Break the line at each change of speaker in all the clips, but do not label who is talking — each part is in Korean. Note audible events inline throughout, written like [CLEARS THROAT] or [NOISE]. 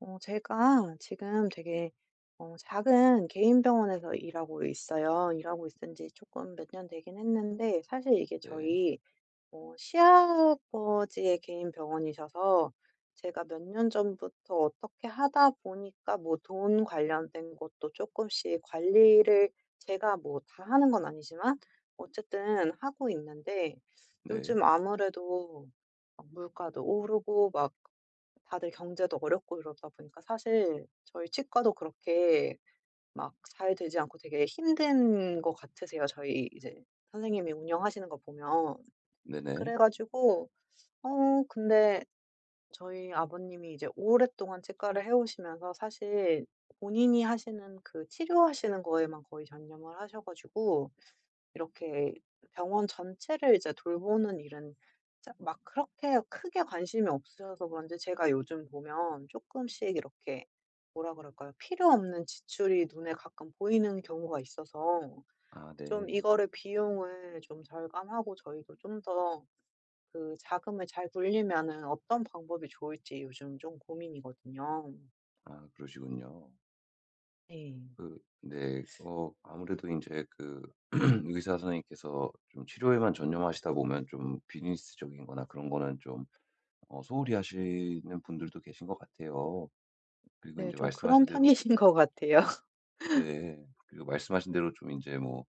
제가 지금 되게 작은 개인 병원에서 일하고 있어요. 일하고 있은 지 조금 몇 년 되긴 했는데, 사실 이게
네.
저희 시아버지의 개인 병원이셔서 제가 몇 년 전부터 어떻게 하다 보니까 뭐 돈 관련된 것도 조금씩 관리를, 제가 뭐 다 하는 건 아니지만 어쨌든 하고 있는데,
네.
요즘 아무래도 막 물가도 오르고, 막 다들 경제도 어렵고 이러다 보니까 사실 저희 치과도 그렇게 막 잘 되지 않고 되게 힘든 것 같으세요, 저희 이제 선생님이 운영하시는 거 보면.
네네.
그래 가지고 어 근데 저희 아버님이 이제 오랫동안 치과를 해 오시면서, 사실 본인이 하시는 그 치료하시는 거에만 거의 전념을 하셔 가지고, 이렇게 병원 전체를 이제 돌보는 일은 자 막 그렇게 크게 관심이 없으셔서 그런지, 제가 요즘 보면 조금씩 이렇게, 뭐라 그럴까요? 필요 없는 지출이 눈에 가끔 보이는 경우가 있어서
아 네.
좀 이거를 비용을 좀 절감하고, 저희도 좀 더 그 자금을 잘 굴리면은 어떤 방법이 좋을지 요즘 좀 고민이거든요.
아 그러시군요.
네.
그 네. 아무래도 이제 그 [CLEARS THROAT] 의사 선생님께서 좀 치료에만 전념하시다 보면 좀 비즈니스적인 거나 그런 거는 좀 소홀히 하시는 분들도 계신 것 같아요. 그리고 이
네,
제
좀 그런
말씀하신 대로.
편이신 것 같아요. [LAUGHS]
네. 그리고 말씀하신 대로 좀 이제 뭐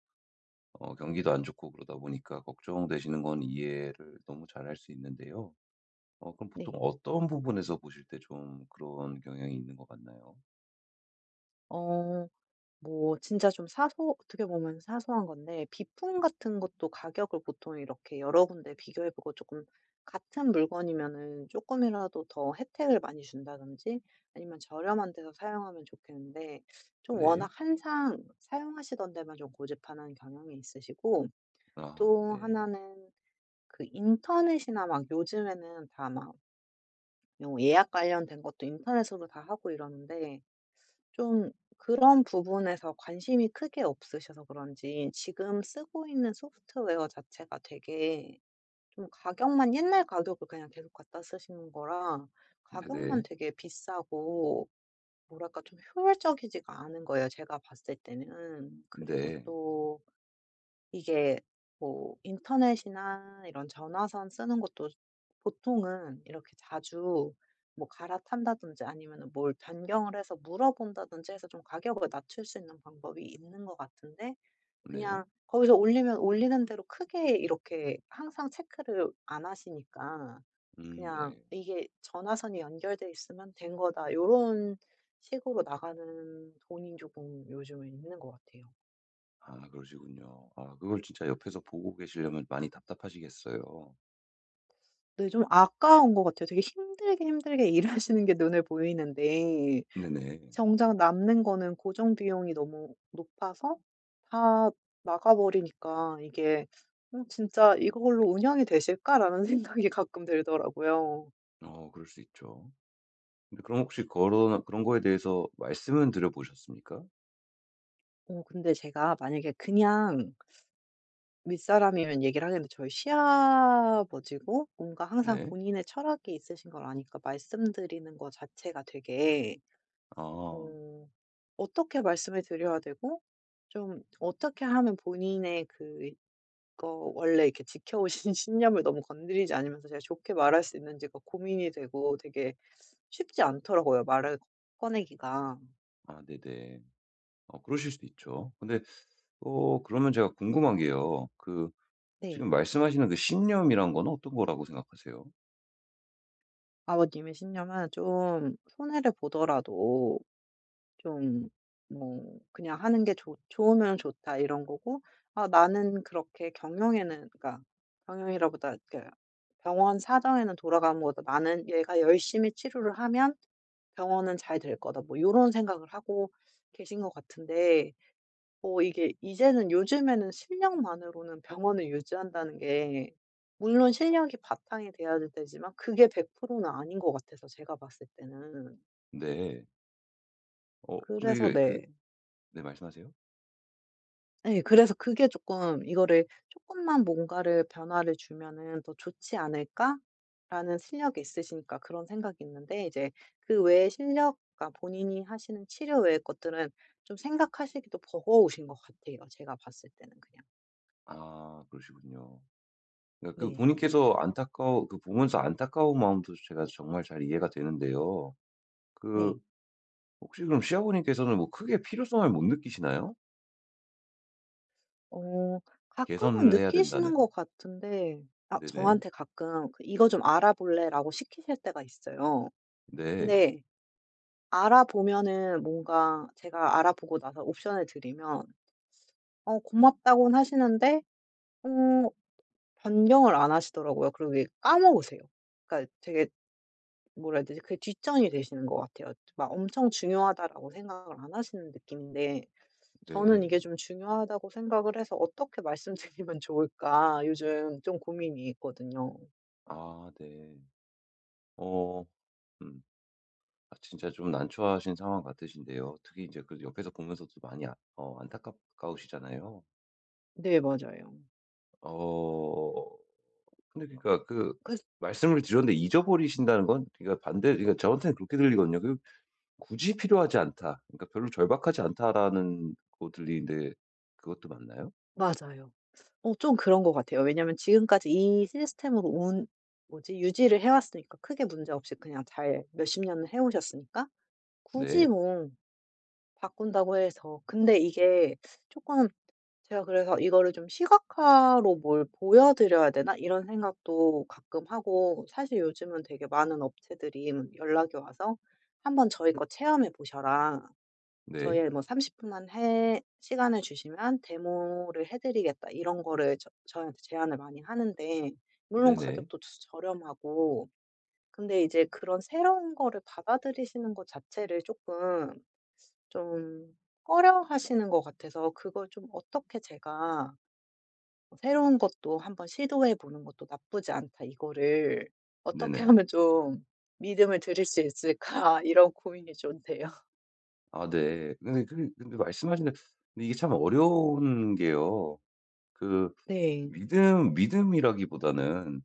경기도 안 좋고 그러다 보니까 걱정되시는 건 이해를 너무 잘할 수 있는데요. 그럼 보통
네.
어떤 부분에서 보실 때 좀 그런 경향이 있는 것 같나요?
어. 뭐 진짜 좀, 사소 어떻게 보면 사소한 건데, 비품 같은 것도 가격을 보통 이렇게 여러 군데 비교해 보고, 조금 같은 물건이면은 조금이라도 더 혜택을 많이 준다든지, 아니면 저렴한 데서 사용하면 좋겠는데, 좀
네.
워낙 한상 사용하시던 데만 좀 고집하는 경향이 있으시고.
아
또
네.
하나는, 그 인터넷이나 막 요즘에는 다 막, 뭐 예약 관련된 것도 인터넷으로 다 하고 이러는데, 좀 그런 부분에서 관심이 크게 없으셔서 그런지 지금 쓰고 있는 소프트웨어 자체가 되게 좀, 가격만 옛날 가격을 그냥 계속 갖다 쓰시는 거라 가격만
네네.
되게 비싸고, 뭐랄까 좀 효율적이지가 않은 거예요, 제가 봤을 때는. 그리고
네. 네.
또 이게, 뭐 인터넷이나 이런 전화선 쓰는 것도 보통은 이렇게 자주 뭐 갈아탄다든지, 아니면 뭘 변경을 해서 물어본다든지 해서 좀 가격을 낮출 수 있는 방법이 있는 것 같은데,
네.
그냥 거기서 올리면 올리는 대로 크게 이렇게 항상 체크를 안 하시니까, 그냥
네.
이게 전화선이 연결돼 있으면 된 거다, 요런 식으로 나가는 돈이 조금 요즘은 있는 것 같아요.
아 그러시군요. 아 그걸 진짜 옆에서 보고 계시려면 많이 답답하시겠어요.
네, 좀 아까운 것 같아요. 되게 힘들게, 힘들게 [LAUGHS] 일하시는 게 눈에 보이는데
네네.
정작 남는 거는 고정 비용이 너무 높아서 다 나가 버리니까, 이게 '어, 진짜 이걸로 운영이 되실까?'라는 [LAUGHS] 생각이 가끔 들더라고요.
어 그럴 수 있죠. 근데 그럼 혹시 그런
어
그런 거에 대해서 말씀은 드려 보셨습니까?
근데 제가 만약에 그냥 윗사람이면 얘기를 하겠는데, 저희 시아버지고 뭔가 항상
네.
본인의 철학이 있으신 걸 아니까 말씀드리는 것 자체가 되게,
아.
어 어떻게 말씀을 드려야 되고, 좀 어떻게 하면 본인의 그거 원래 이렇게 지켜오신 [LAUGHS] 신념을 너무 건드리지 않으면서 제가 좋게 말할 수 있는지가 고민이 되고, 되게 쉽지 않더라고요, 말을 꺼내기가.
아 네네. 어 그러실 수도 있죠. 근데
음.
그러면 제가 궁금한 게요. 그
네.
지금 말씀하시는 그 신념이란 건 어떤 거라고 생각하세요?
아버님의 신념은, 좀 손해를 보더라도 좀 뭐 그냥 하는 게 좋 좋으면 좋다, 이런 거고, 아 나는 그렇게 경영에는, 그러니까 경영이라보다 그 병원 사정에는 돌아가는 거다. '나는 얘가 열심히 치료를 하면 병원은 잘 될 거다.' 뭐 요런 생각을 하고 계신 것 같은데, 뭐 이게 이제는 요즘에는 실력만으로는 병원을 유지한다는 게, 물론 실력이 바탕이 돼야 되지만 그게 100%는 아닌 것 같아서, 제가 봤을 때는.
네. 어 근데
그래서
이게 그
네.
네, 말씀하세요.
예, 그래서 그게 조금, '이거를 조금만 뭔가를 변화를 주면은 더 좋지 않을까?'라는, 실력이 있으시니까 그런 생각이 있는데, 이제 그 외의 실력 과 본인이 하시는 치료 외의 것들은 좀 생각하시기도 버거우신 것 같아요, 제가 봤을 때는 그냥.
아 그러시군요. 그러니까 그
네.
본인께서 안타까워 그 보면서 안타까운 마음도 제가 정말 잘 이해가 되는데요. 그
네.
혹시 그럼 시아버님께서는 뭐 크게 필요성을 못 느끼시나요?
어 가끔은
개선을 해야 된다는.
느끼시는 것 같은데, 아
네네.
저한테 가끔 그 "이거 좀 알아볼래?"라고 시키실 때가 있어요.
네.
근데 알아보면은 뭔가 제가 알아보고 나서 옵션을 드리면 고맙다고는 하시는데, 어 변경을 안 하시더라고요. 그리고 이게 까먹으세요. 그러니까 되게, 뭐라 해야 되지? 그게 뒷전이 되시는 것 같아요. 막 엄청 중요하다라고 생각을 안 하시는 느낌인데, 저는
네.
이게 좀 중요하다고 생각을 해서 어떻게 말씀드리면 좋을까 요즘 좀 고민이 있거든요.
아 네. 어 음. 아 진짜 좀 난처하신 상황 같으신데요. 특히 이제 그 옆에서 보면서도 많이 안타까우시잖아요.
네 맞아요.
어 근데 그러니까 그
그
말씀을 드렸는데 잊어버리신다는 건 그러니까 반대 그러니까 저한테는 그렇게 들리거든요. '굳이 필요하지 않다.' 그러니까 '별로 절박하지 않다'라는 거 들리는데, 그것도 맞나요?
맞아요. 좀 그런 것 같아요. 왜냐면 지금까지 이 시스템으로 운 뭐지, 유지를 해 왔으니까 크게 문제없이 그냥 잘 몇십 년을 해 오셨으니까 굳이
네.
뭐 바꾼다고 해서. 근데 이게 조금, 제가 그래서 '이거를 좀 시각화로 뭘 보여 드려야 되나?' 이런 생각도 가끔 하고, 사실 요즘은 되게 많은 업체들이 연락이 와서, "한번 저희 거 체험해 보셔라. 저
네.
희뭐30 분만 해 시간을 주시면 데모를 해 드리겠다." 이런 거를 저희한테 제안을 많이 하는데, 물론
네네.
가격도 저렴하고. 근데 이제 그런 새로운 거를 받아들이시는 것 자체를 조금 좀 꺼려하시는 것 같아서, 그걸 좀 어떻게 제가 '새로운 것도 한번 시도해 보는 것도 나쁘지 않다. 이거를 어떻게
네네.
하면 좀 믿음을 드릴 수 있을까?' [LAUGHS] 이런 고민이 좀 돼요. [LAUGHS]
아 네. 근데 말씀하신 대로, 근데 이게 참 어려운 게요. 그
네.
믿음 믿음이라기보다는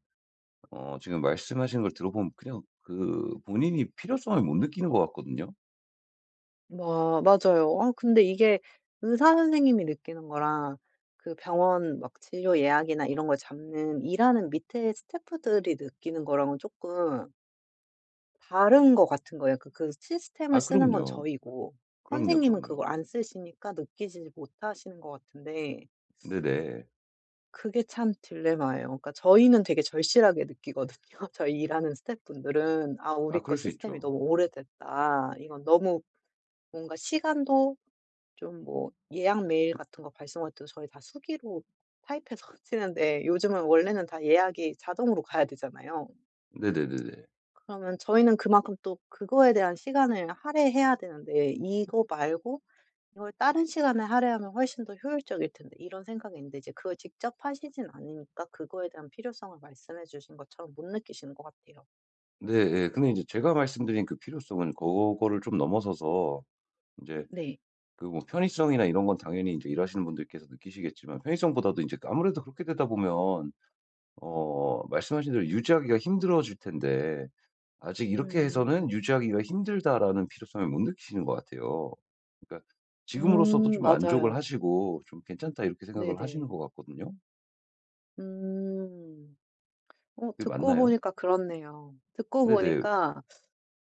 지금 말씀하시는 걸 들어보면 그냥 그 본인이 필요성을 못 느끼는 것 같거든요.
마 맞아요. 아 근데 이게 의사 선생님이 느끼는 거랑, 그 병원 막 진료 예약이나 이런 걸 잡는, 일하는 밑에 스태프들이 느끼는 거랑은 조금 다른 것 같은 거예요. 그 시스템을
아
쓰는 건
그럼요.
저이고,
그럼요,
선생님은
그럼요.
그걸 안 쓰시니까 느끼지 못하시는 것 같은데,
네네.
그게 참 딜레마예요. 그러니까 저희는 되게 절실하게 느끼거든요. [LAUGHS] 저희 일하는 스태프분들은 '아
아
우리
그럴
거
수
시스템이
있죠.
너무 오래됐다. 이건 너무 뭔가 시간도 좀, 뭐 예약 메일 같은 거 발송할 때도 저희 다 수기로 타입해서 [LAUGHS] 쓰는데 요즘은, 원래는 다 예약이 자동으로 가야 되잖아요.
네네네네.
그러면 저희는 그만큼 또 그거에 대한 시간을 할애해야 되는데 이거 말고 이걸 다른 시간에 할애하면 훨씬 더 효율적일 텐데.' 이런 생각이 있는데, 이제 그걸 직접 하시진 않으니까 그거에 대한 필요성을 말씀해 주신 것처럼 못 느끼시는 것 같아요.
네, 예. 근데 이제 제가 말씀드린 그 필요성은 그거를 좀 넘어서서 이제
네.
그 뭐 편의성이나 이런 건 당연히 이제 일하시는 분들께서 느끼시겠지만, 편의성보다도 이제 아무래도 그렇게 되다 보면 말씀하신 대로 유지하기가 힘들어질 텐데, 아직 '이렇게 해서는
음.
유지하기가 힘들다.'라는 필요성을 못 느끼시는 것 같아요. 그러니까 지금으로서도
음,
좀 만족을
맞아요.
하시고 '좀 괜찮다.' 이렇게 생각을 하시는
네네.
것 같거든요.
음.
그게
듣고
맞나요?
보니까 그렇네요. 듣고
네네.
보니까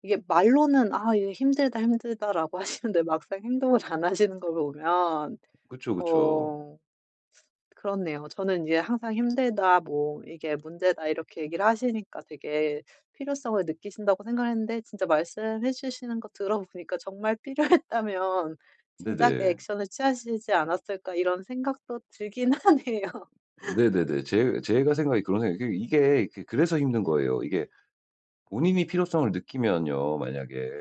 이게 말로는 '아 이게 힘들다, 힘들다.'라고 [LAUGHS] 하시는데 막상 행동을 안 하시는 걸 보면,
그쵸.
어 그렇네요. 저는 이제 항상 "힘들다." 뭐 "이게 문제다." 이렇게 얘기를 하시니까 되게 필요성을 느끼신다고 생각 했는데, 진짜 말씀해 주시는 거 들어보니까 정말 필요했다면 진작에
네네.
액션을 취하시지 않았을까, 이런 생각도 들긴 하네요. [LAUGHS]
네네네. 제 제가 생각이 그런 생각이 그 이게 그 그래서 힘든 거예요. 이게 본인이 필요성을 느끼면요, 만약에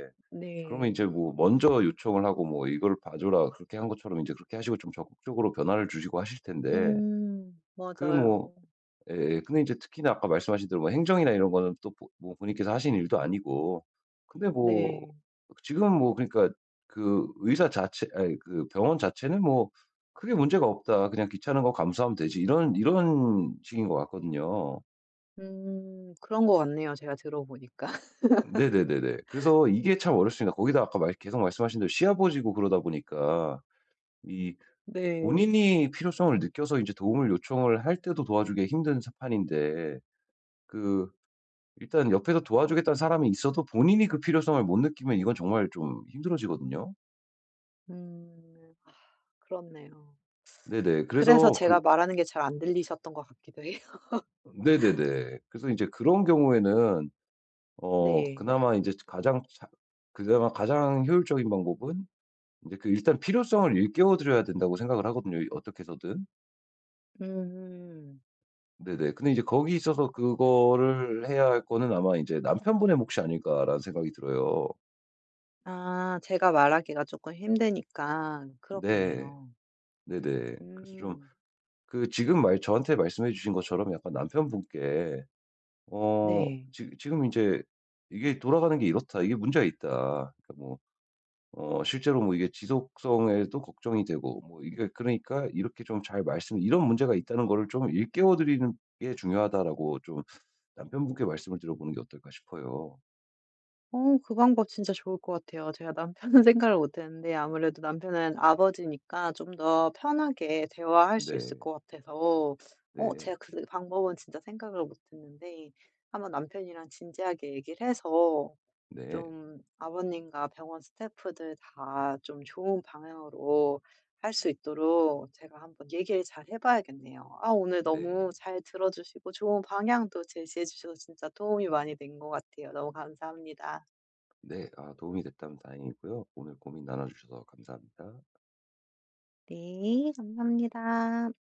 그러면 이
네.
제 뭐 먼저 요청을 하고 뭐 "이걸 봐 줘라." 그렇게 한 것처럼 이제 그렇게 하시고 좀 적극적으로 변화를 주시고 하실 텐데.
음.
그뭐
맞아요.
예, 근데 인제 특히나 아까 말씀하신 대로 뭐 행정이나 이런 거는 또 보 뭐 본인께서 하신 일도 아니고. 근데 뭐
네.
지금 뭐 그러니까 그 의사 자체 아이 그 병원 자체는 뭐 '크게 문제가 없다. 그냥 귀찮은 거 감수하면 되지.' 이런 식인 것 같거든요.
음. 그런 것 같네요, 제가 들어보니까. [LAUGHS]
네네네네. 그래서 이게 참 어렵습니다. 거기다 아까 말 계속 말씀하신 대로 시아버지고 그러다 보니까 이
네.
본인이 필요성을 느껴서 인제 도움을 요청을 할 때도 도와주기가 힘든 사 판인데, 그 일단 옆에서 도와주겠다는 사람이 있어도 본인이 그 필요성을 못 느끼면 이건 정말 좀 힘들어지거든요.
음. 아 그렇네요.
네네.
그래서
그래서 그
제가 말하는 게 잘 안 들리셨던 것 같기도 해요. [LAUGHS]
네네네. 그래서 인제 그런 경우에는
네.
그나마 인제 가장 자 그나마 가장 효율적인 방법은 인제 그 일단 필요성을 일깨워 드려야 된다고 생각을 하거든요, 이 어떻게 해서든.
음.
네네. 근데 이제 거기 있어서 그거를 해야 할 거는 아마 인제 '남편분의 몫이 아닐까.'라는 생각이 들어요.
아 제가 말하기가 조금 힘드니까
네.
그렇겠네요.
네네. 그래서 좀
음.
그 지금 말 저한테 말씀해 주신 것처럼 약간 남편분께 어
네.
지 지금 이제 이게 '돌아가는 게 이렇다. 이게 문제가 있다.' 그러니까 뭐 실제로 뭐 이게 지속성에도 걱정이 되고 뭐 이게 그러니까 이렇게 좀 잘 말씀 "이런 문제가 있다는 거를 좀 일깨워 드리는 게 중요하다."라고 좀 남편분께 말씀을 드려 보는 게 어떨까 싶어요.
그 방법 진짜 좋을 것 같아요. 제가 남편은 [LAUGHS] 생각을 못 했는데, 아무래도 남편은 아버지니까 좀 더 편하게 대화할 수 있을
네.
것 같아서.
네.
제가 그 방법은 진짜 생각을 못 했는데, 한번 남편이랑 진지하게 얘기를 해서
네.
좀 아버님과 병원 스태프들 다 좀 좋은 방향으로 할 수 있도록 제가 한번 얘기를 잘 해 봐야겠네요. 아 오늘
네.
너무 잘 들어 주시고 좋은 방향도 제시해 주셔서 진짜 도움이 많이 된 것 같아요. 너무 감사합니다.
네. 아 도움이 됐다면 다행이고요. 오늘 고민 나눠 주셔서 감사합니다.
네, 감사합니다.